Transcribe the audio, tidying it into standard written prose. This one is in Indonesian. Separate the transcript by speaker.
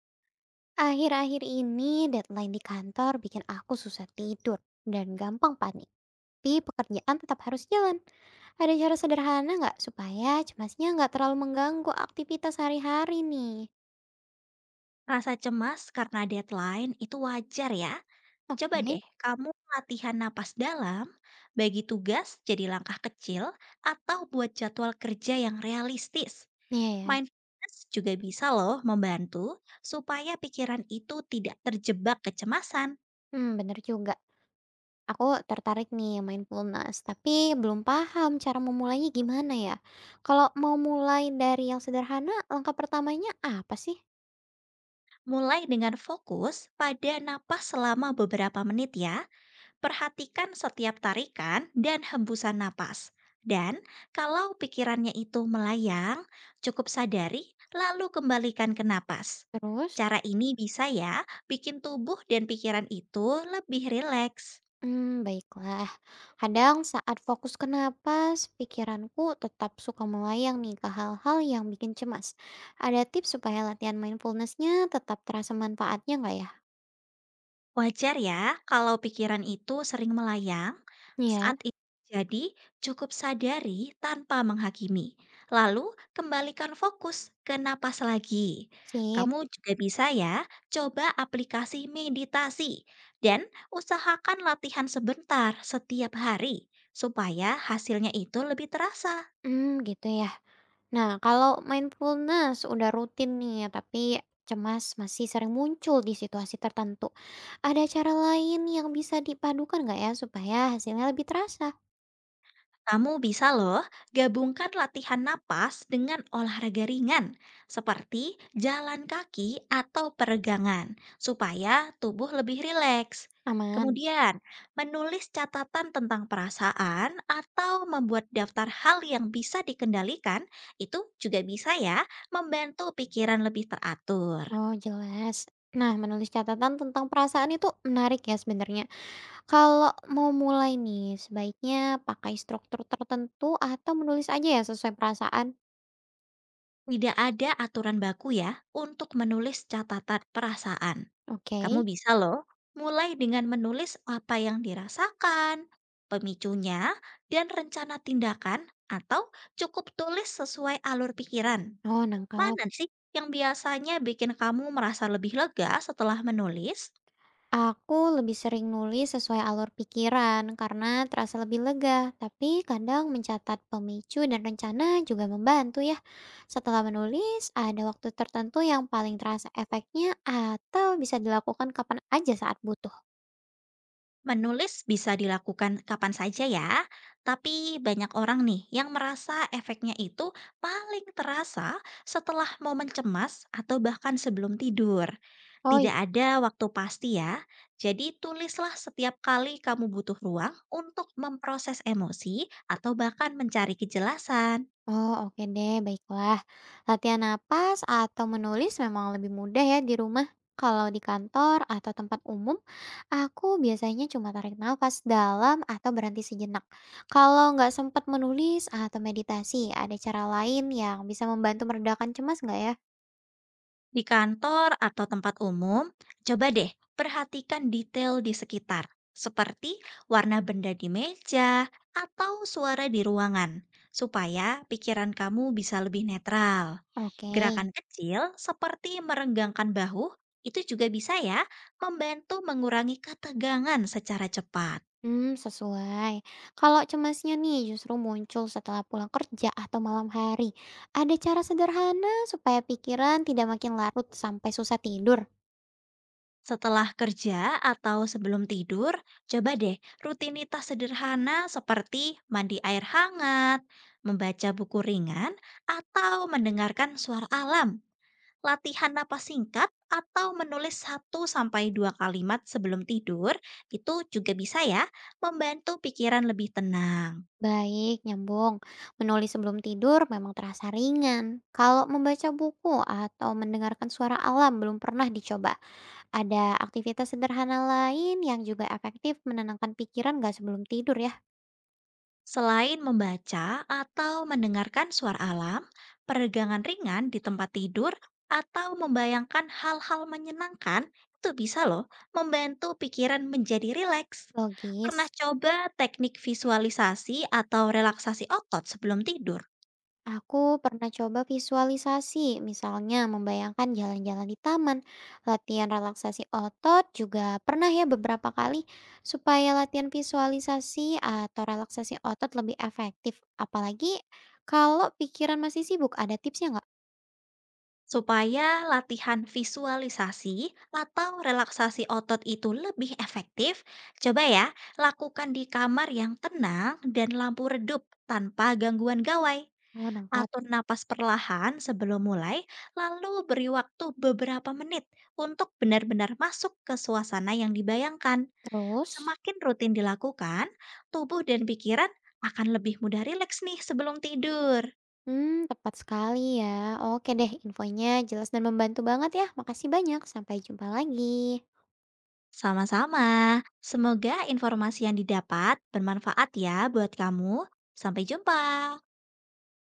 Speaker 1: Akhir-akhir ini deadline di kantor bikin aku susah tidur dan gampang panik. Tapi pekerjaan tetap harus jalan. Ada cara sederhana nggak supaya cemasnya nggak terlalu mengganggu aktivitas sehari-hari nih?
Speaker 2: Rasa cemas karena deadline itu wajar ya.
Speaker 1: Oke,
Speaker 2: Coba deh kamu latihan napas dalam, bagi tugas jadi langkah kecil, atau buat jadwal kerja yang realistis.
Speaker 1: iya ya.
Speaker 2: Mindfulness juga bisa loh membantu supaya pikiran itu tidak terjebak kecemasan.
Speaker 1: Hmm, bener juga. Aku tertarik nih mindfulness, tapi belum paham cara memulainya gimana ya. Kalau mau mulai dari yang sederhana, langkah pertamanya apa sih?
Speaker 2: Mulai dengan fokus pada napas selama beberapa menit ya, perhatikan setiap tarikan dan hembusan napas. Dan kalau pikirannya itu melayang, cukup sadari lalu kembalikan ke napas.
Speaker 1: Terus?
Speaker 2: Cara ini bisa ya bikin tubuh dan pikiran itu lebih rileks.
Speaker 1: Hmm, baiklah. Kadang saat fokus ke napas, pikiranku tetap suka melayang nih ke hal-hal yang bikin cemas. Ada tips supaya latihan mindfulness-nya tetap terasa manfaatnya nggak ya?
Speaker 2: Wajar ya kalau pikiran itu sering melayang.
Speaker 1: Iya.
Speaker 2: Saat itu jadi cukup sadari tanpa menghakimi. Lalu kembalikan fokus ke napas lagi.
Speaker 1: Sip.
Speaker 2: Kamu juga bisa ya coba aplikasi meditasi dan usahakan latihan sebentar setiap hari supaya hasilnya itu lebih terasa.
Speaker 1: Hmm, gitu ya. Nah, kalau mindfulness udah rutin nih, tapi cemas masih sering muncul di situasi tertentu. Ada cara lain yang bisa dipadukan nggak ya supaya hasilnya lebih terasa?
Speaker 2: Kamu bisa loh gabungkan latihan napas dengan olahraga ringan seperti jalan kaki atau peregangan supaya tubuh lebih rileks.
Speaker 1: Aman.
Speaker 2: Kemudian, menulis catatan tentang perasaan atau membuat daftar hal yang bisa dikendalikan itu juga bisa ya membantu pikiran lebih teratur.
Speaker 1: Oh, jelas. Nah, menulis catatan tentang perasaan itu menarik ya sebenarnya. Kalau mau mulai nih, sebaiknya pakai struktur tertentu atau menulis aja ya sesuai perasaan.
Speaker 2: Tidak ada aturan baku ya untuk menulis catatan perasaan.
Speaker 1: Oke.
Speaker 2: Kamu bisa loh mulai dengan menulis apa yang dirasakan, pemicunya, dan rencana tindakan, atau cukup tulis sesuai alur pikiran.
Speaker 1: Oh, nangkap.
Speaker 2: Mana sih yang biasanya bikin kamu merasa lebih lega setelah menulis?
Speaker 1: Aku lebih sering nulis sesuai alur pikiran karena terasa lebih lega, tapi kadang mencatat pemicu dan rencana juga membantu ya. Setelah menulis, ada waktu tertentu yang paling terasa efeknya atau bisa dilakukan kapan aja saat butuh.
Speaker 2: Menulis bisa dilakukan kapan saja ya, tapi banyak orang nih yang merasa efeknya itu paling terasa setelah momen cemas atau bahkan sebelum tidur.
Speaker 1: Oh.
Speaker 2: Tidak ada waktu pasti ya, jadi tulislah setiap kali kamu butuh ruang untuk memproses emosi atau bahkan mencari kejelasan.
Speaker 1: Oh, oke deh, baiklah. Latihan napas atau menulis memang lebih mudah ya di rumah. Kalau di kantor atau tempat umum, aku biasanya cuma tarik nafas dalam atau berhenti sejenak. Kalau nggak sempat menulis atau meditasi, ada cara lain yang bisa membantu meredakan cemas nggak ya?
Speaker 2: Di kantor atau tempat umum, coba deh perhatikan detail di sekitar, seperti warna benda di meja atau suara di ruangan, supaya pikiran kamu bisa lebih netral.
Speaker 1: Oke.
Speaker 2: Gerakan kecil seperti merenggangkan bahu itu juga bisa ya membantu mengurangi ketegangan secara cepat.
Speaker 1: Hmm, sesuai. Kalau cemasnya nih justru muncul setelah pulang kerja atau malam hari, ada cara sederhana supaya pikiran tidak makin larut sampai susah tidur.
Speaker 2: Setelah kerja atau sebelum tidur, coba deh rutinitas sederhana seperti mandi air hangat, membaca buku ringan, atau mendengarkan suara alam. Latihan napas singkat atau menulis satu sampai dua kalimat sebelum tidur itu juga bisa ya membantu pikiran lebih tenang.
Speaker 1: Baik, nyambung. Menulis sebelum tidur memang terasa ringan. Kalau membaca buku atau mendengarkan suara alam belum pernah dicoba. Ada aktivitas sederhana lain yang juga efektif menenangkan pikiran nggak sebelum tidur ya?
Speaker 2: Selain membaca atau mendengarkan suara alam, peregangan ringan di tempat tidur atau membayangkan hal-hal menyenangkan itu bisa loh membantu pikiran menjadi rileks.
Speaker 1: Logis.
Speaker 2: Pernah coba teknik visualisasi atau relaksasi otot sebelum tidur
Speaker 1: Aku pernah coba visualisasi, misalnya membayangkan jalan-jalan di taman. Latihan relaksasi otot juga pernah ya beberapa kali supaya latihan visualisasi atau relaksasi otot lebih efektif. Apalagi kalau pikiran masih sibuk, ada tipsnya nggak?
Speaker 2: supaya latihan visualisasi atau relaksasi otot itu lebih efektif. Coba ya, lakukan di kamar yang tenang dan lampu redup tanpa gangguan gawai.
Speaker 1: Oh, nangkap.
Speaker 2: Atur napas perlahan sebelum mulai, lalu beri waktu beberapa menit untuk benar-benar masuk ke suasana yang dibayangkan.
Speaker 1: Terus?
Speaker 2: Semakin rutin dilakukan, tubuh dan pikiran akan lebih mudah rileks nih sebelum tidur.
Speaker 1: Hmm, tepat sekali ya. Oke deh, infonya jelas dan membantu banget ya. Makasih banyak. Sampai jumpa lagi.
Speaker 2: Sama-sama, semoga informasi yang didapat bermanfaat ya buat kamu. Sampai jumpa.